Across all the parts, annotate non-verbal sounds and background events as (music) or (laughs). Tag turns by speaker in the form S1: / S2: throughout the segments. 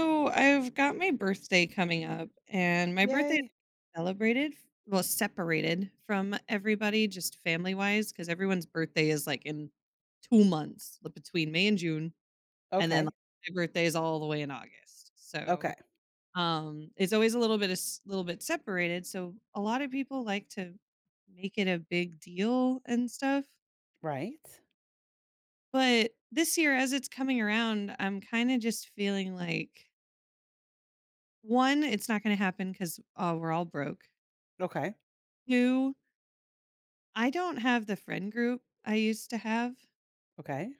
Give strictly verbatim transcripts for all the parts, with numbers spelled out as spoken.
S1: So I've got my birthday coming up, and my birthday is
S2: Yay.
S1: celebrated, well, separated from everybody, just family wise, because everyone's birthday is like in two months like, between May and June, and then like,
S2: Okay.
S1: my birthday is all the way in August. So
S2: Okay.
S1: um, it's always a little bit a little bit separated. So a lot of people like to make it a big deal and stuff,
S2: Right.
S1: but this year, as it's coming around, I'm kind of just feeling like. one, it's not gonna happen 'cause, uh, we're all broke.
S2: Okay.
S1: two, I don't have the friend group I used to have,
S2: Okay.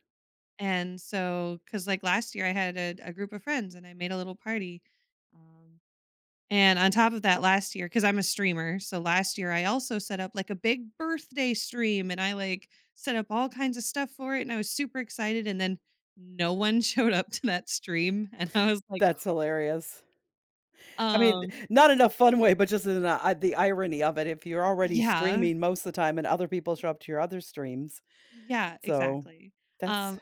S1: and so because like, last year I had a a group of friends and I made a little party, um, and on top of that last year because 'cause I'm a streamer, so last year I also set up, like, a big birthday stream, and I, like, set up all kinds of stuff for it, and I was super excited, and then no one (laughs) showed up to that stream, and I was like,
S2: That's hilarious. I mean,
S1: um
S2: not in a fun way, but just in a, I- the irony of it. If you're already
S1: Yeah.
S2: streaming most of the time and other people show up to your other streams.
S1: Yeah,
S2: So
S1: exactly.
S2: that's,
S1: Um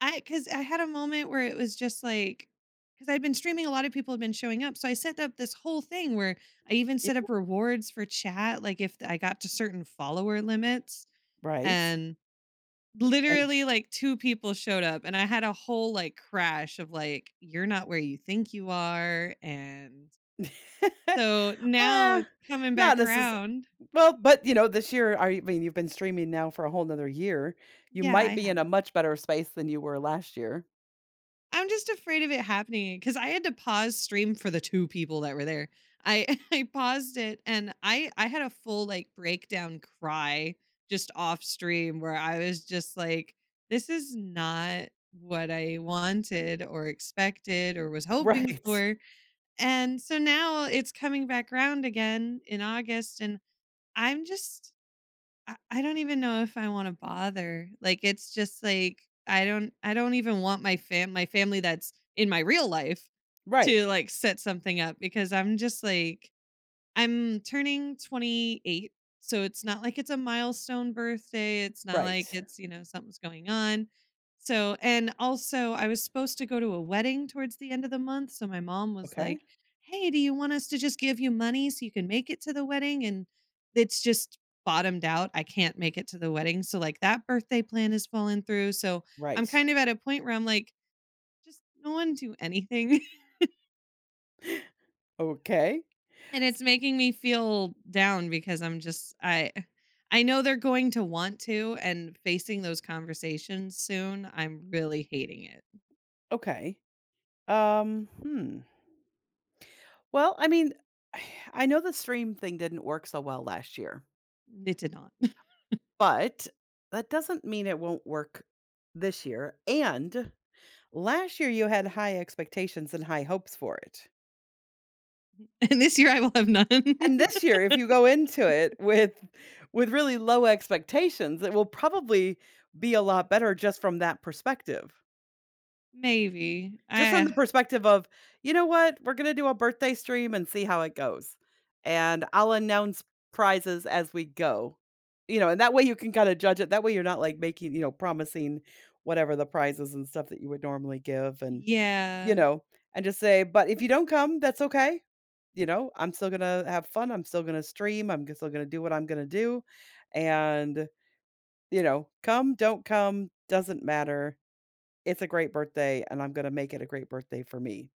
S1: I, because I had a moment where it was just like, because 'cause I'd been streaming, a lot of people had been showing up, so I set up this whole thing where I even set
S2: yeah,
S1: up rewards for chat, like, if I got to certain follower limits,
S2: right.
S1: and
S2: And
S1: literally, like, two people showed up, and I had a whole, like, crash of, like, "You're not where you think you are," and
S2: (laughs)
S1: so now
S2: uh,
S1: it's coming
S2: not
S1: back
S2: necessarily,
S1: around.
S2: well, but you know, this year, I mean, you've been streaming now for a whole nother year. You
S1: Yeah,
S2: might
S1: I
S2: be in
S1: have.
S2: a much better space than you were last year.
S1: I'm just afraid of it happening because I had to pause stream for the two people that were there. I (laughs) I paused it and I I had a full like breakdown cry just off stream where I was just like, this is not what I wanted or expected or was hoping
S2: Right.
S1: for. And so now it's coming back around again in August and I'm just I I don't even know if I wanna bother. Like, it's just like, I don't I don't even want my fam my family that's in my real life
S2: Right.
S1: to, like, set something up because I'm just like I'm turning twenty-eight, so it's not like it's a milestone birthday, it's not
S2: Right.
S1: like it's, you know, something's going on. So and also, I was supposed to go to a wedding towards the end of the month, so my mom was
S2: Okay.
S1: like, "Hey, do you want us to just give you money so you can make it to the wedding?" And it's just bottomed out, I can't make it to the wedding, so, like, that birthday plan has fallen through, so I'm
S2: Right.
S1: kind of at a point where I'm like, "Just no one do anything."
S2: Okay.
S1: And it's making me feel down because I'm just I I know they're going to want to and facing those conversations soon, I'm really hating it.
S2: Okay. Um, hmm. Well, I mean, (sighs) I know the stream thing didn't work so well last year,
S1: It did not. (laughs)
S2: but that doesn't mean it won't work this year. And last year you had high expectations and high hopes for it.
S1: And this year I will have none. (laughs)
S2: And this year if you go into it with with really low expectations, it will probably be a lot better just from that perspective.
S1: Maybe.
S2: Just from the
S1: I
S2: perspective of, "You know what? We're gonna do a birthday stream and see how it goes, and I'll announce prizes as we go." You know, and that way you can kinda judge it, that way you're not, like, making, you know, promising whatever the prizes and stuff that you would normally give and, you
S1: yeah.
S2: know, and just say, "But if you don't come, that's okay, you know, I'm still gonna have fun, I'm still gonna stream, I'm still gonna do what I'm gonna do, and, you know, come, don't come, doesn't matter. It's a great birthday, and I'm gonna make it a great birthday for me."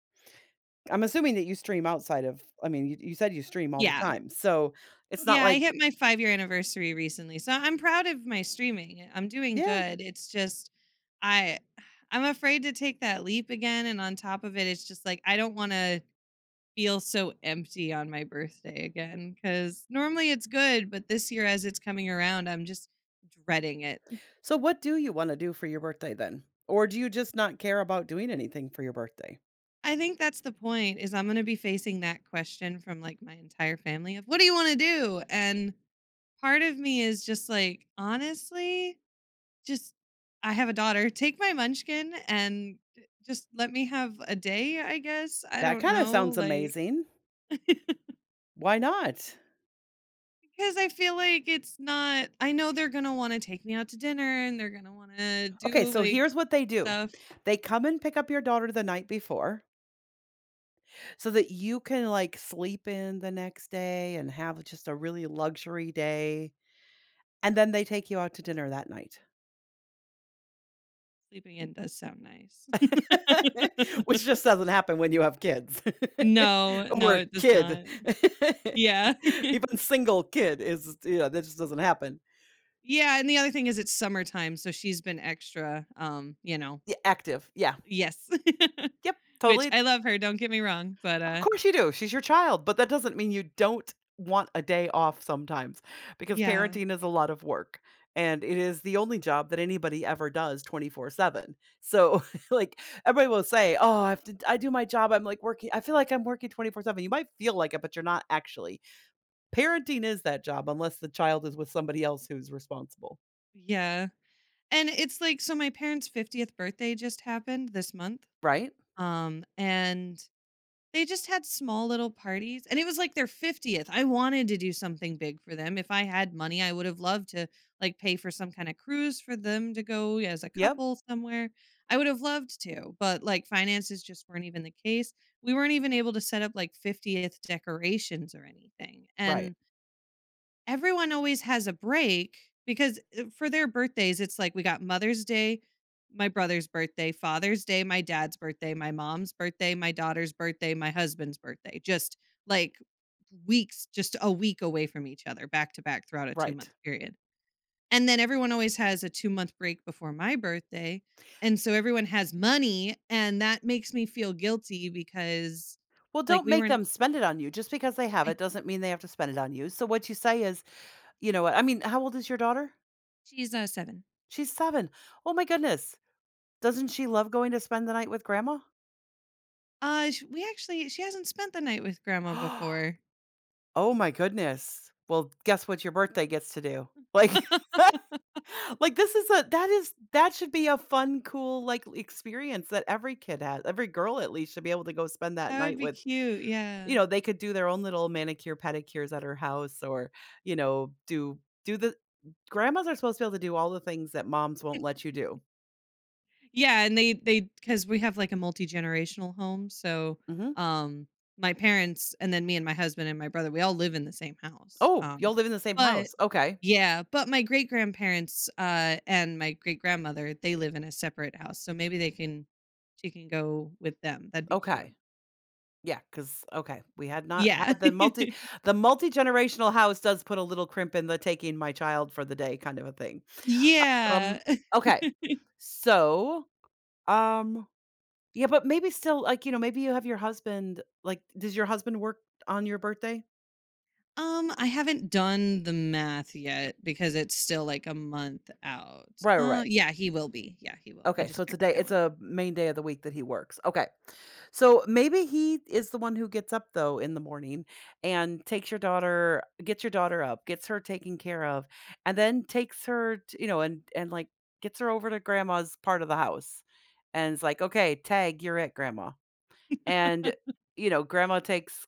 S2: I'm assuming that you stream outside of. I mean, you you said you stream all the
S1: Yeah.
S2: time, so it's not
S1: Yeah, I
S2: like,
S1: hit my five-year-year anniversary recently. So I'm proud of my streaming. Eh, I'm doing
S2: yeah.
S1: good. It's just I I'm afraid to take that leap again and on top of it it's just like I don't want to feel so empty on my birthday again because normally it's good, but this year as it's coming around, I'm just dreading it.
S2: So what do you wanna do for your birthday then? Or do you just not care about doing anything for your birthday?
S1: I think that's the point is I'm going to be facing that question from like my entire family of what do you want to do? And part of me is just like, honestly, just I have a daughter, take my munchkin and eh, just let me have a day, I guess. I
S2: That
S1: don't
S2: kinda sounds
S1: know. Like
S2: amazing.
S1: (laughs)
S2: Why not?
S1: Because I feel like it's not, I know they're going to want to take me out to dinner and they're going to want to
S2: Okay,
S1: do
S2: so
S1: like
S2: here's what they do.
S1: stuff.
S2: They come and pick up your daughter the night before so that you can, like, sleep in the next day and have just a really luxury day, and then they take you out to dinner that night.
S1: Sleeping in does sound nice. (laughs)
S2: (laughs) Which just doesn't happen when you have kids (laughs)
S1: No, no,
S2: or
S1: it does
S2: kid.
S1: not.
S2: (laughs)
S1: Yeah. (laughs)
S2: Even single kid is, you know, that just doesn't happen.
S1: Yeah. And the other thing is it's summertime. So she's been extra, um, you know,
S2: Yeah, active. Yeah.
S1: yes,
S2: Yep.
S1: (laughs) which
S2: Totally.
S1: I love her. Don't get me wrong. But
S2: Of
S1: uh,
S2: course you do. She's your child, but that doesn't mean you don't want a day off sometimes because
S1: yeah.
S2: parenting is a lot of work, and it is the only job that anybody ever does twenty-four seven. So, (laughs) like, everybody will say, "Oh, I have to. I do my job. I'm like working. I feel like I'm working twenty-four seven." You might feel like it, but you're not actually. Parenting is that job unless the child is with somebody else who's responsible.
S1: Yeah. And it's like, so my parents' fiftieth birthday just happened this month.
S2: Right?
S1: Um, and They just had small little parties, and it was like their fiftieth. I wanted to do something big for them. If I had money, I would have loved to like pay for some kind of cruise for them to go as a
S2: Yep.
S1: couple somewhere. I would have loved to, but like finances just weren't even the case. We weren't even able to set up like fiftieth decorations or anything.
S2: Right.
S1: And everyone always has a break because uh, for their birthdays, it's like we got Mother's Day, my brother's birthday, Father's Day, my dad's birthday, my mom's birthday, my daughter's birthday, my husband's birthday. Just like weeks, just a week away from each other, back to back throughout a two
S2: Right.
S1: month period. And then everyone always has a two month break before my birthday. And so everyone has money. And that makes me feel guilty because,
S2: Well,
S1: like,
S2: don't
S1: we
S2: make
S1: weren't,
S2: them spend it on you. Just because they have
S1: I,
S2: it doesn't mean they have to spend it on you. So what you say is, "You know what? I mean, how old is your daughter?"
S1: she's uh, seven.
S2: She's seven. Oh my goodness. Doesn't she love going to spend the night with grandma?
S1: Uh, sh we actually she hasn't spent the night with grandma
S2: (gasps) Oh
S1: before.
S2: my goodness. Well, guess what your birthday gets to do? Like,
S1: (laughs)
S2: (laughs) like, this is a, that is, that should be a fun cool like experience that every kid has. Every girl at least should be able to go spend that
S1: That would
S2: night
S1: be
S2: with.
S1: cute,
S2: You
S1: yeah.
S2: know, they could do their own little manicure, pedicures at her house, or, you know, do do the grandmas are supposed to be able to do all the things that moms won't let you do.
S1: Yeah, and they they because we have, like, a multi-generational home, so,
S2: Mhm.
S1: um, my parents and then me and my husband and my brother, we all live in the same house,
S2: Oh, y'all
S1: um,
S2: live in the same
S1: but
S2: house. Okay.
S1: Yeah, but my great-grandparents, uh, and my great-grandmother, they live in a separate house, so maybe they can she can go with them, that'd be cute.
S2: Okay, yeah, because okay, we had not
S1: Yeah.
S2: had the
S1: (laughs)
S2: multi the multi-generational house does put a little crimp in the taking my child for the day kind of a thing.
S1: Yeah.
S2: Um, okay.
S1: (laughs)
S2: So, um, yeah, but maybe still, like, you know, maybe you have your husband, like, does your husband work on your birthday?
S1: Um, I haven't done the math yet because it's still like a month out.
S2: Right,
S1: Uh,
S2: right.
S1: yeah, he will be. Yeah, he will. I
S2: Okay, so
S1: just
S2: it's a
S1: checked the
S2: day, it's
S1: calendar.
S2: a main day of the week that he works. Okay. So maybe he is the one who gets up though in the morning and takes your daughter, gets your daughter up, gets her taken care of, and then takes her, t you know, and and, like, gets her over to grandma's part of the house, and it's like, "Okay, tag, you're it, grandma." And, you know, grandma takes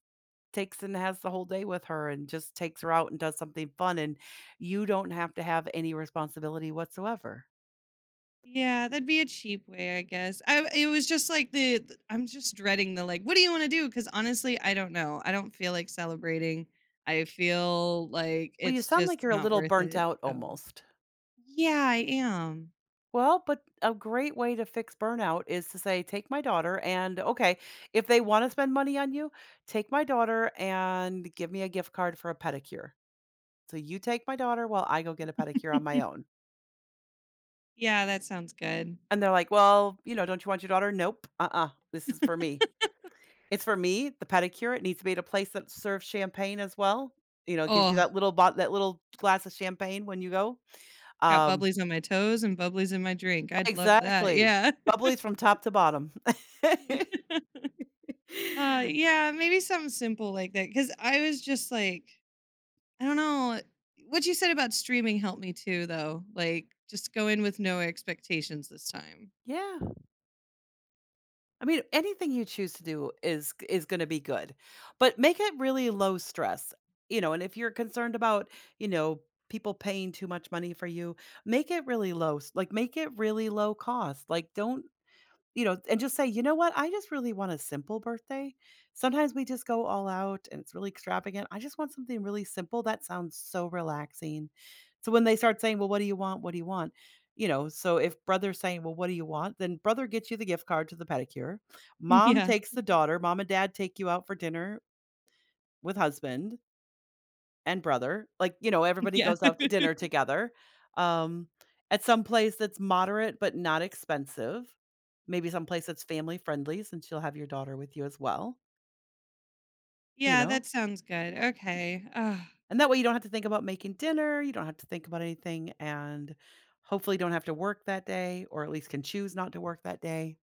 S2: takes and has the whole day with her and just takes her out and does something fun, and you don't have to have any responsibility whatsoever.
S1: Yeah, that'd be a cheap way, I guess. I it was just like the th- I'm just dreading the like, what do you want to do? Because honestly, I don't know. I don't feel like celebrating. I feel like
S2: Well, you
S1: it's
S2: sound like
S1: just
S2: you're a
S1: not
S2: little
S1: worth
S2: burnt
S1: it.
S2: out
S1: So
S2: almost.
S1: yeah, I am.
S2: Well, but a great way to fix burnout is to say, take my daughter, and okay, if they want to spend money on you, take my daughter and give me a gift card for a pedicure. So you take my daughter while I go get a pedicure on my own.
S1: (laughs) Yeah, that sounds good.
S2: And they're like, "Well, you know, don't you want your daughter?" Nope. Uh uh. This is for me. It's for me, the pedicure. It needs to be at a place that serves champagne as well. You know, gives you
S1: Oh,
S2: that little bot, that little glass of champagne when you go.
S1: got
S2: Um,
S1: bubblies on my toes and bubblies in my drink. I'd love that.
S2: Exactly.
S1: Yeah. (laughs)
S2: Bubbly's from top to bottom. (laughs)
S1: (laughs) Uh, yeah, maybe something simple like that. Cause I was just like, I don't know. What you said about streaming helped me too, though. Like, just go in with no expectations this time.
S2: Yeah. I mean, anything you choose to do is is gonna be good, but make it really low stress, you know, and if you're concerned about, you know, people paying too much money for you, make it really low s like, make it really low cost, like, don't. You know, and just say, "You know what? I just really want a simple birthday. Sometimes we just go all out and it's really extravagant. I just want something really simple that sounds so relaxing." So when they start saying, "Well, what do you want? What do you want?" You know, so if brother's saying, "Well, what do you want?" then brother gets you the gift card to the pedicure.
S1: (laughs)
S2: Mom
S1: Yeah.
S2: takes the daughter, mom and dad take you out for dinner with husband and brother. Like, you know, everybody
S1: Yeah.
S2: goes out to dinner together, um, at some place that's moderate but not expensive. Maybe some place that's family friendly since you'll have your daughter with you as well, you
S1: Yeah,
S2: know?
S1: that sounds good. Okay. Ugh.
S2: And that way you don't have to think about making dinner, you don't have to think about anything, and hopefully don't have to work that day or at least can choose not to work that day.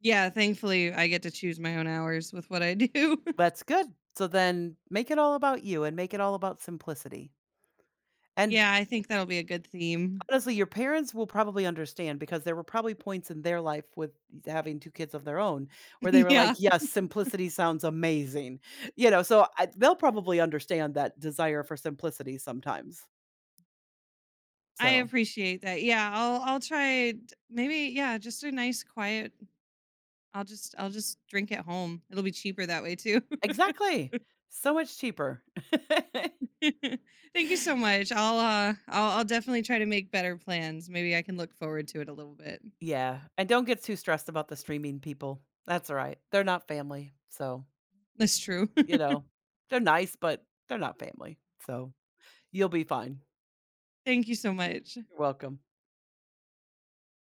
S1: Yeah, thankfully I get to choose my own hours with what I do.
S2: That's good. So then make it all about you and make it all about simplicity.
S1: (laughs)
S2: And
S1: Yeah, I think that'll be a good theme.
S2: honestly, your parents will probably understand because there were probably points in their life with having two kids of their own where they were like,
S1: (laughs) Yeah.
S2: "Yes, simplicity sounds amazing." You know, so I they'll probably understand that desire for simplicity sometimes.
S1: I
S2: So
S1: appreciate that. Yeah, I'll I'll try d- maybe yeah, just a nice quiet I'll just I'll just drink at home. It'll be cheaper that way too.
S2: exactly. So much cheaper. (laughs)
S1: (laughs) Thank you so much. I'll uh I'll I'll definitely try to make better plans. Maybe I can look forward to it a little bit.
S2: Yeah, and don't get too stressed about the streaming people. That's all right. They're not family, so,
S1: That's true.
S2: you know, they're nice, but they're not family. So, you'll be fine.
S1: (laughs) Thank you so much.
S2: You're welcome.